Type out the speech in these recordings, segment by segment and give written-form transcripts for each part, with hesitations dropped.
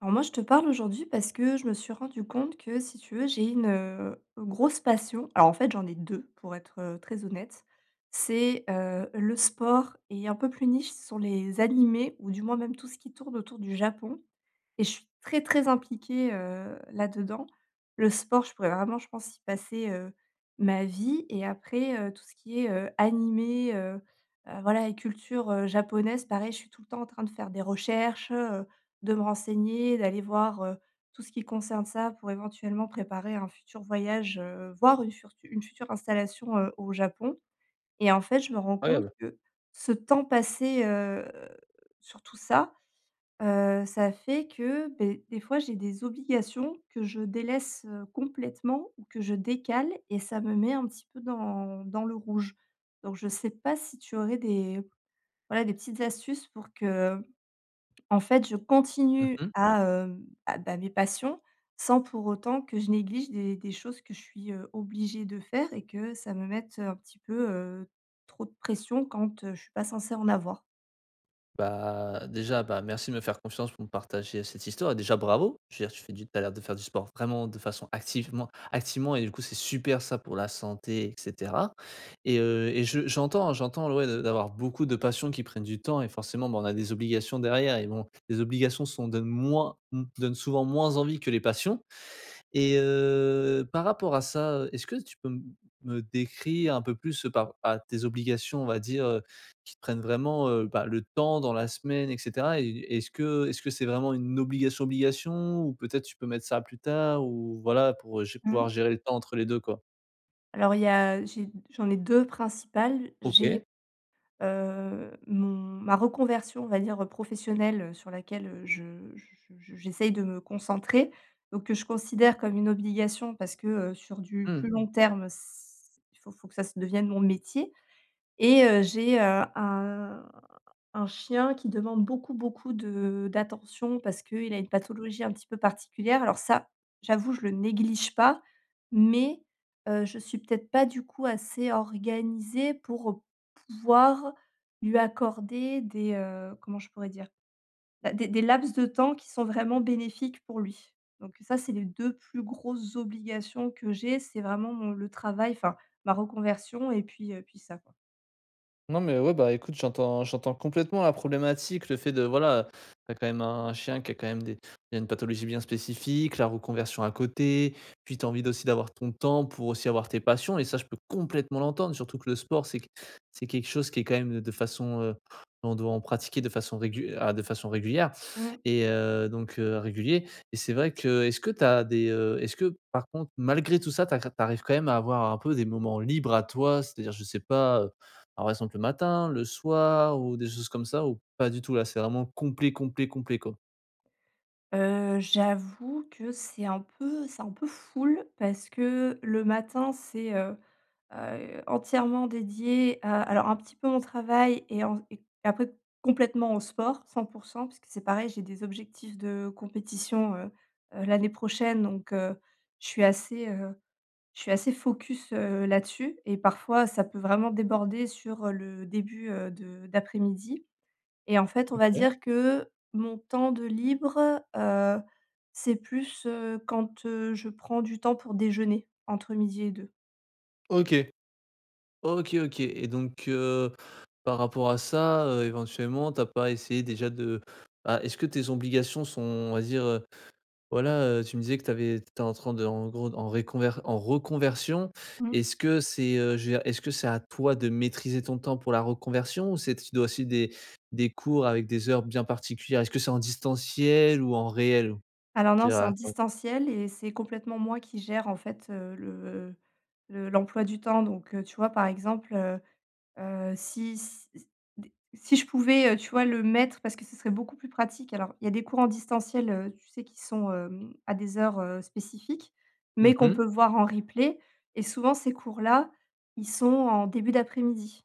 Alors moi, je te parle aujourd'hui parce que je me suis rendu compte que, si tu veux, j'ai une grosse passion. Alors, en fait, j'en ai 2 pour être très honnête. C'est le sport et un peu plus niche, ce sont les animés ou du moins même tout ce qui tourne autour du Japon. Et je suis très, très impliquée là-dedans. Le sport, je pourrais vraiment, je pense, y passer ma vie, et après tout ce qui est animé, voilà, et culture japonaise, pareil, je suis tout le temps en train de faire des recherches, de me renseigner, d'aller voir, tout ce qui concerne ça pour éventuellement préparer un futur voyage, voire une furtu une future installation, au Japon. Et en fait, je me rends compte Incroyable. que ce temps passé sur tout ça, ça fait que, beh, des fois, j'ai des obligations que je délaisse complètement, ou que je décale, et ça me met un petit peu dans le rouge. Donc je sais pas si tu aurais des, voilà, des petites astuces pour que, en fait, je continue Mmh. à, bah, mes passions, sans pour autant que je néglige des choses que je suis obligée de faire, et que ça me mette un petit peu trop de pression quand je suis pas censée en avoir. Bah, déjà, bah, merci de me faire confiance pour me partager cette histoire et déjà bravo. Je veux dire tu fais du tu as l'air de faire du sport vraiment de façon activement activement et du coup, c'est super ça pour la santé et cetera. Et et je j'entends, hein, j'entends, ouais, de d'avoir beaucoup de passions qui prennent du temps et forcément, bah, on a des obligations derrière et bon, les obligations sont donnent moins, donnent souvent moins envie que les passions. Et par rapport à ça, est-ce que tu peux m me décrire un peu plus, par à tes obligations, on va dire, qui te prennent vraiment, bah, le temps dans la semaine et cetera? Et est-ce que c'est vraiment une obligation, obligation ou peut-être tu peux mettre ça plus tard ou voilà pour, gé Mmh. pouvoir gérer le temps entre les 2 quoi? Alors, il y a j'ai j'en ai 2 principales. J'ai, OK. heu, mon ma reconversion, on va dire, professionnelle, sur laquelle, je j'essaye de me concentrer, donc que je considère comme une obligation parce que, sur du Mmh. plus long terme, c il faut faut que ça se devienne mon métier. Et j'ai un chien qui demande beaucoup, beaucoup de d'attention parce qu'il a une pathologie un petit peu particulière. Alors ça, j'avoue, je le néglige pas, mais je suis peut-être pas du coup assez organisée pour pouvoir lui accorder des, comment je pourrais dire? Bah, des laps de temps qui sont vraiment bénéfiques pour lui. Donc ça, c'est les 2 plus grosses obligations que j'ai, c'est vraiment mon le travail, enfin ma reconversion et puis ça, quoi. Non, mais ouais, bah, écoute, j'entends complètement la problématique, le fait de voilà, t'as quand même un chien qui a quand même des il y a une pathologie bien spécifique, la reconversion à côté, puis t'as envie aussi d'avoir ton temps pour aussi avoir tes passions et ça, je peux complètement l'entendre, surtout que le sport, c'est quelque chose qui est quand même de façon, on doit en pratiquer de façon de façon régulière et donc régulier. Et c'est vrai que est-ce que t'as des, est-ce que par contre, malgré tout ça, tu ar quand même à avoir un peu des moments libres à toi? C'est-à-dire, je sais pas, alors, par exemple, le matin, le soir ou des choses comme ça ou pas du tout? Là, c'est vraiment complet, complet, complet, quoi? J'avoue que c'est un peu full parce que le matin, c'est entièrement dédié à alors un petit peu mon travail, et après complètement au sport, 100 que c'est pareil, j'ai des objectifs de compétition, l'année prochaine, donc je suis assez, heu, je suis assez focus là-dessus, et parfois ça peut vraiment déborder sur le début de d'après-midi. Et en fait, on va OK. dire que mon temps de libre c'est plus quand je prends du temps pour déjeuner entre midi et 2. OK. OK, OK et donc par rapport à ça, éventuellement, t'as pas essayé déjà de bah, est-ce que tes obligations sont, on va dire, voilà, tu me disais que t'es en train de en gros, en reconversion. Mmh. Est-ce que c'est, je veux dire, est-ce que c'est à toi de maîtriser ton temps pour la reconversion ou c'est tu dois aussi des cours avec des heures bien particulières? Est-ce que c'est en distanciel ou en réel? Alors Je non, veux c'est en dire. distanciel et c'est complètement moi qui gère en fait, le l'emploi du temps. Donc, tu vois, par exemple, Heu, si s si je pouvais, tu vois, le mettre, parce que ce serait beaucoup plus pratique. Alors, il y a des cours en distanciel, tu sais, qui sont à des heures spécifiques, Mmh mais qu'on mh. peut voir en replay, et souvent ces cours-là, ils sont en début d'après-midi.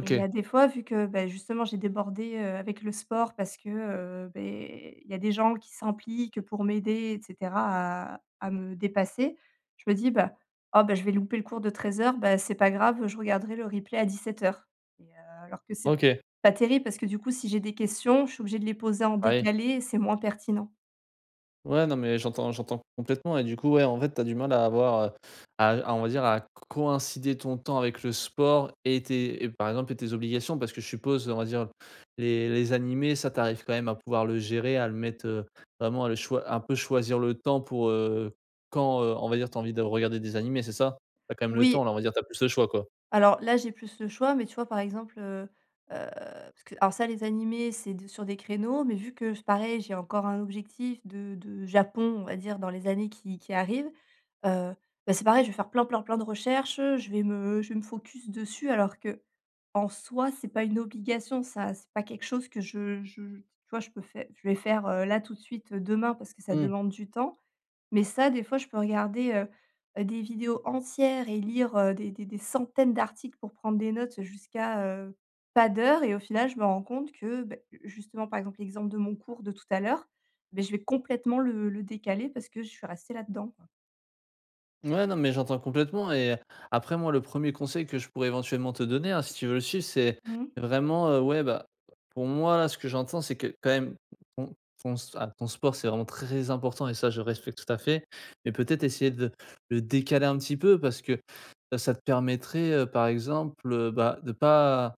Et à des fois, vu que, beh, justement, j'ai débordé avec le sport parce que, beh, il y a des gens qui s'impliquent pour m'aider et cetera à me dépasser. Je me dis: «Bah, oh, bah, je vais louper le cours de 13:00, bah, c'est pas grave, je regarderai le replay à 17:00», et alors que c'est OK. pas terrible parce que, du coup, si j'ai des questions, je suis obligée de les poser en Ah oui. décalé et c'est moins pertinent. Ouais, non, mais j'entends complètement et du coup, ouais, en fait, tu as du mal à avoir, à on va dire, à coïncider ton temps avec le sport et tes et par exemple et tes obligations parce que je suppose, on va dire, les animés, ça, tu arrives quand même à pouvoir le gérer, à le mettre, vraiment à le choi un peu choisir le temps pour, quand, on va dire, tu as envie de regarder des animés, c'est ça? Tu as quand même le Oui. temps là, on va dire, tu as plus le choix, quoi? Alors là, j'ai plus le choix, mais tu vois, par exemple, parce que alors ça, les animés, c'est de sur des créneaux, mais vu que, pareil, j'ai encore un objectif de Japon, on va dire, dans les années qui arrivent, heu, bah, c'est pareil, je vais faire plein, plein, plein de recherches, je vais me focus dessus, alors que en soi, c'est pas une obligation, ça, c'est pas quelque chose que je tu vois, je peux faire. Je vais faire là, tout de suite, demain parce que ça Mmh. demande du temps. Mais ça, des fois, je peux regarder des vidéos entières, et lire des centaines d'articles pour prendre des notes jusqu'à pas d'heure. Et au final, je me rends compte que, beh, justement, par exemple, l'exemple de mon cours de tout à l'heure, beh, je vais complètement le décaler parce que je suis restée là-dedans, quoi. Ouais, non, mais j'entends complètement et après moi, le premier conseil que je pourrais éventuellement te donner, hein, si tu veux le suivre, c'est Mmh. vraiment, ouais, bah, pour moi, là, ce que j'entends, c'est que quand même ton ton sport, c'est vraiment très important et ça, je respecte tout à fait, mais peut-être essayer de le décaler un petit peu parce que, ça te permettrait, par exemple, bah, de pas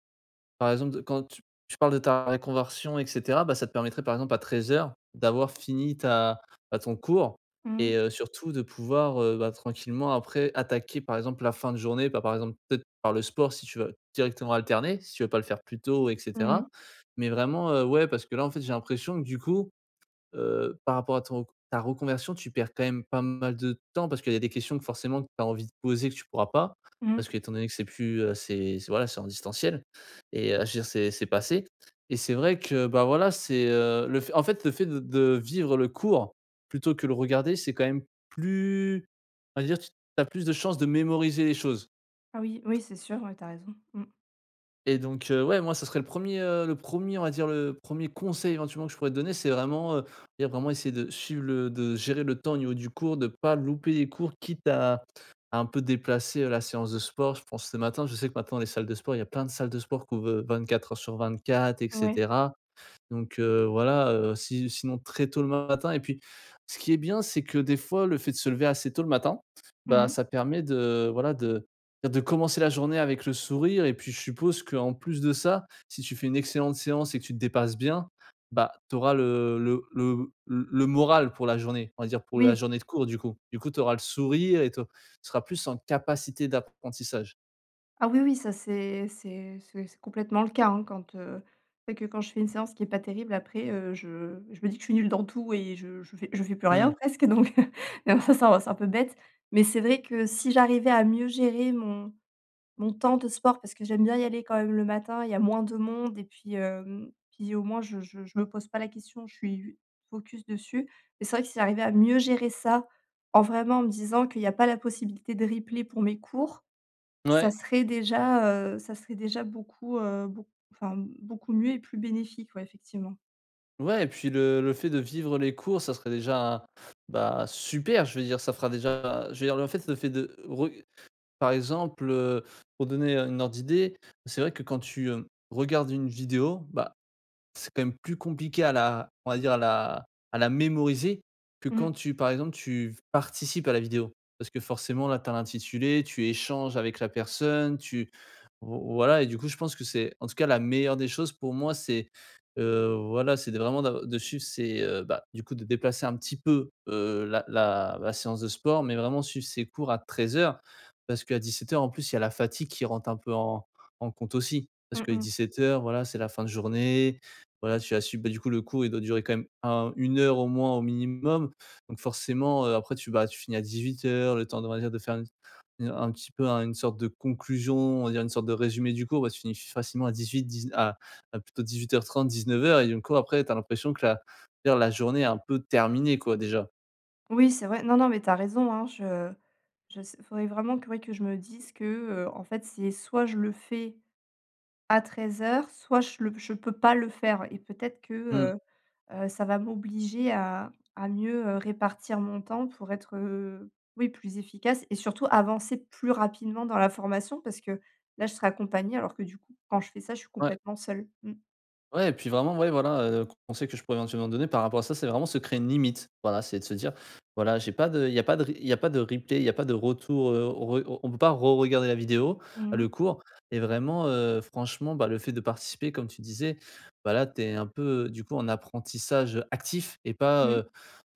par exemple, de quand tu tu parles de ta reconversion et cetera, bah, ça te permettrait, par exemple, à 13:00 d'avoir fini ta bah, ton cours Mmh. et surtout de pouvoir, bah, tranquillement après attaquer, par exemple, la fin de journée, bah, par exemple, peut-être par le sport si tu veux directement alterner, si tu veux pas le faire plus tôt et Mmh. cetera. Mais vraiment, ouais, parce que là, en fait, j'ai l'impression que du coup, par rapport à ton ta reconversion, tu perds quand même pas mal de temps parce qu'il y a des questions que forcément tu as envie de poser que tu pourras pas, Mmh. parce qu'étant donné que c'est plus, c'est voilà, c'est en distanciel et je veux dire c'est passé et c'est vrai que, bah, voilà, c'est, le fait en fait, le fait de vivre le cours plutôt que le regarder, c'est quand même plus on va dire, tu as plus de chances de mémoriser les choses. Ah oui, oui, c'est sûr, ouais, tu raison. Mmh. Et donc, ouais, moi, ça serait le premier, on va dire, le premier conseil éventuellement que je pourrais te donner, c'est vraiment, dire vraiment essayer de suivre le de gérer le temps au niveau du cours, de pas louper les cours, quitte à un peu déplacer, la séance de sport. Je pense ce matin, je sais que maintenant les salles de sport, il y a plein de salles de sport qui ouvrent, 24 heures sur 24 et Ouais. cetera. Donc voilà, si sinon très tôt le matin et puis ce qui est bien, c'est que des fois, le fait de se lever assez tôt le matin, bah, Mmh. ça permet de voilà, de commencer la journée avec le sourire et puis je suppose qu'en plus de ça, si tu fais une excellente séance et que tu te dépasses bien, bah, tu auras le moral pour la journée, on va dire pour la Oui. journée de cours du coup. Du coup, tu auras le sourire et tu seras plus en capacité d'apprentissage. Ah oui, oui, ça c'est complètement le cas, hein, quand c'est que quand je fais une séance qui est pas terrible après, je me dis que je suis nulle dans tout et je fais plus Mmh. rien presque. Donc non, ça c'est un peu bête, mais c'est vrai que si j'arrivais à mieux gérer mon temps de sport parce que j'aime bien y aller quand même le matin, il y a moins de monde, et puis au moins je me pose pas la question, je suis focus dessus, mais c'est vrai que si j'arrivais à mieux gérer ça, en vraiment me disant qu'il y a pas la possibilité de replay pour mes cours, Ouais. Ça serait déjà beaucoup enfin, beaucoup mieux et plus bénéfique, ouais, effectivement. Ouais et puis le fait de vivre les cours, ça serait déjà, bah, super, je veux dire, ça fera déjà je veux dire, le fait de re par exemple, pour donner, une ordre d'idée, c'est vrai que quand tu, regardes une vidéo, bah, c'est quand même plus compliqué à la on va dire à la mémoriser que Mmh. quand tu par exemple, tu participes à la vidéo. Parce que forcément là, tu as l'intitulé, tu échanges avec la personne, tu vo voilà et du coup, je pense que c'est en tout cas la meilleure des choses pour moi, c'est, voilà, c'est de vraiment d'av de suivre ses, bah, du coup de déplacer un petit peu, la séance de sport, mais vraiment suivre ses cours à 13h, parce qu'à 17h, en plus, il y a la fatigue qui rentre un peu en compte aussi. Parce Mmh que mh. 17h, voilà, c'est la fin de journée, voilà, tu as su bah, du coup, le cours, il doit durer quand même un 1 heure au moins, au minimum. Donc forcément, après tu bah, tu finis à 18:00, le temps de on va dire de faire une- un petit peu un une sorte de conclusion, on va dire une sorte de résumé du cours, bah, tu finis facilement à 18h10 à plutôt 18:30-19:00 et du coup après tu as l'impression que la journée est un peu terminée quoi déjà. Oui, c'est vrai. Non, non, mais t'as raison, hein, je s faudrait vraiment que, ouais, que je me dise que, en fait, c'est soit je le fais à treize heures, soit je peux pas le faire, et peut-être que, Mmh, heu ça va m'obliger à mieux répartir mon temps pour être, oui, plus efficace, et surtout avancer plus rapidement dans la formation, parce que là, je serai accompagnée, alors que du coup, quand je fais ça, je suis ouais. complètement seule. Mmh. Ouais et puis vraiment, ouais, voilà, conseil que je pourrais éventuellement donner par rapport à ça, c'est vraiment se créer une limite. Voilà, c'est de se dire: «Voilà, j'ai pas de il y a pas de il y a pas de replay, il y a pas de retour, re on peut pas re-regarder la vidéo, à Mmh. le cours» et vraiment, franchement, bah, le fait de participer comme tu disais, bah, là, tu un peu, du coup en apprentissage actif et pas,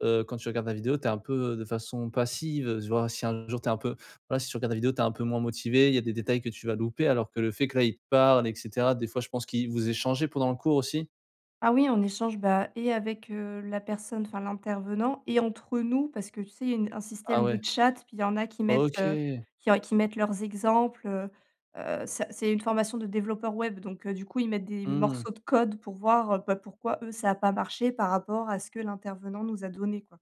quand tu regardes la vidéo, t'es un peu de façon passive, tu vois? Si un jour t'es un peu voilà, si tu regardes la vidéo, tu es un peu moins motivé, il y a des détails que tu vas louper, alors que le fait que là, il te parle et cetera, des fois, je pense qu'il vous échangez pendant le cours aussi? Ah oui, on échange, bah, et avec la personne, enfin l'intervenant, et entre nous parce que tu sais, il y a une un Ah système de ouais. chat, puis il y en a qui mettent, heu, OK. qui qui mettent leurs exemples. Ça c'est une formation de développeur web, donc du coup, ils mettent des Mmh. morceaux de code pour voir, bah, pourquoi eux, ça a pas marché par rapport à ce que l'intervenant nous a donné, quoi.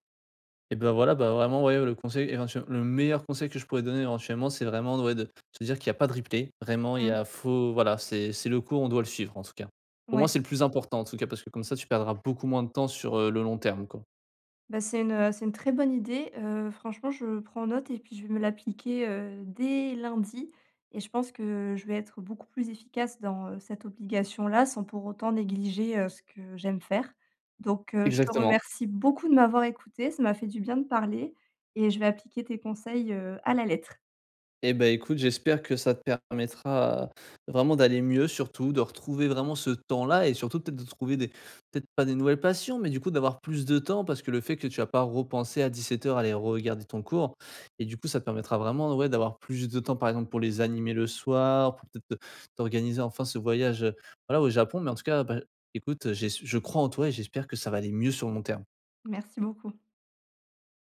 Et ben voilà, bah, vraiment, ouais, le meilleur conseil que je pourrais donner éventuellement, c'est vraiment, ouais, de se dire qu'il y a pas de replay. Vraiment, il y Mmh, a faut voilà, c'est le cours, on doit le suivre, en tout cas. Pour moi, ouais. c'est le plus important, en tout cas, parce que comme ça, tu perdras beaucoup moins de temps sur, le long terme, quoi. Bah, c'est une très bonne idée, franchement je prends note, et puis je vais me l'appliquer dès lundi, et je pense que je vais être beaucoup plus efficace dans cette obligation-là sans pour autant négliger ce que j'aime faire. Donc, je te Exactement. remercie beaucoup de m'avoir écoutée, ça m'a fait du bien de parler, et je vais appliquer tes conseils, à la lettre. Eh ben, écoute, j'espère que ça te permettra vraiment d'aller mieux surtout, de retrouver vraiment ce temps-là et surtout peut-être de trouver des peut-être pas des nouvelles passions, mais du coup d'avoir plus de temps parce que le fait que tu as pas repensé à 17h à aller regarder ton cours et du coup ça te permettra vraiment ouais, d'avoir plus de temps par exemple pour les animer le soir, pour peut-être te t'organiser enfin ce voyage, voilà au Japon. Mais en tout cas, bah, écoute, j'ai je crois en toi et j'espère que ça va aller mieux sur le long terme. Merci beaucoup.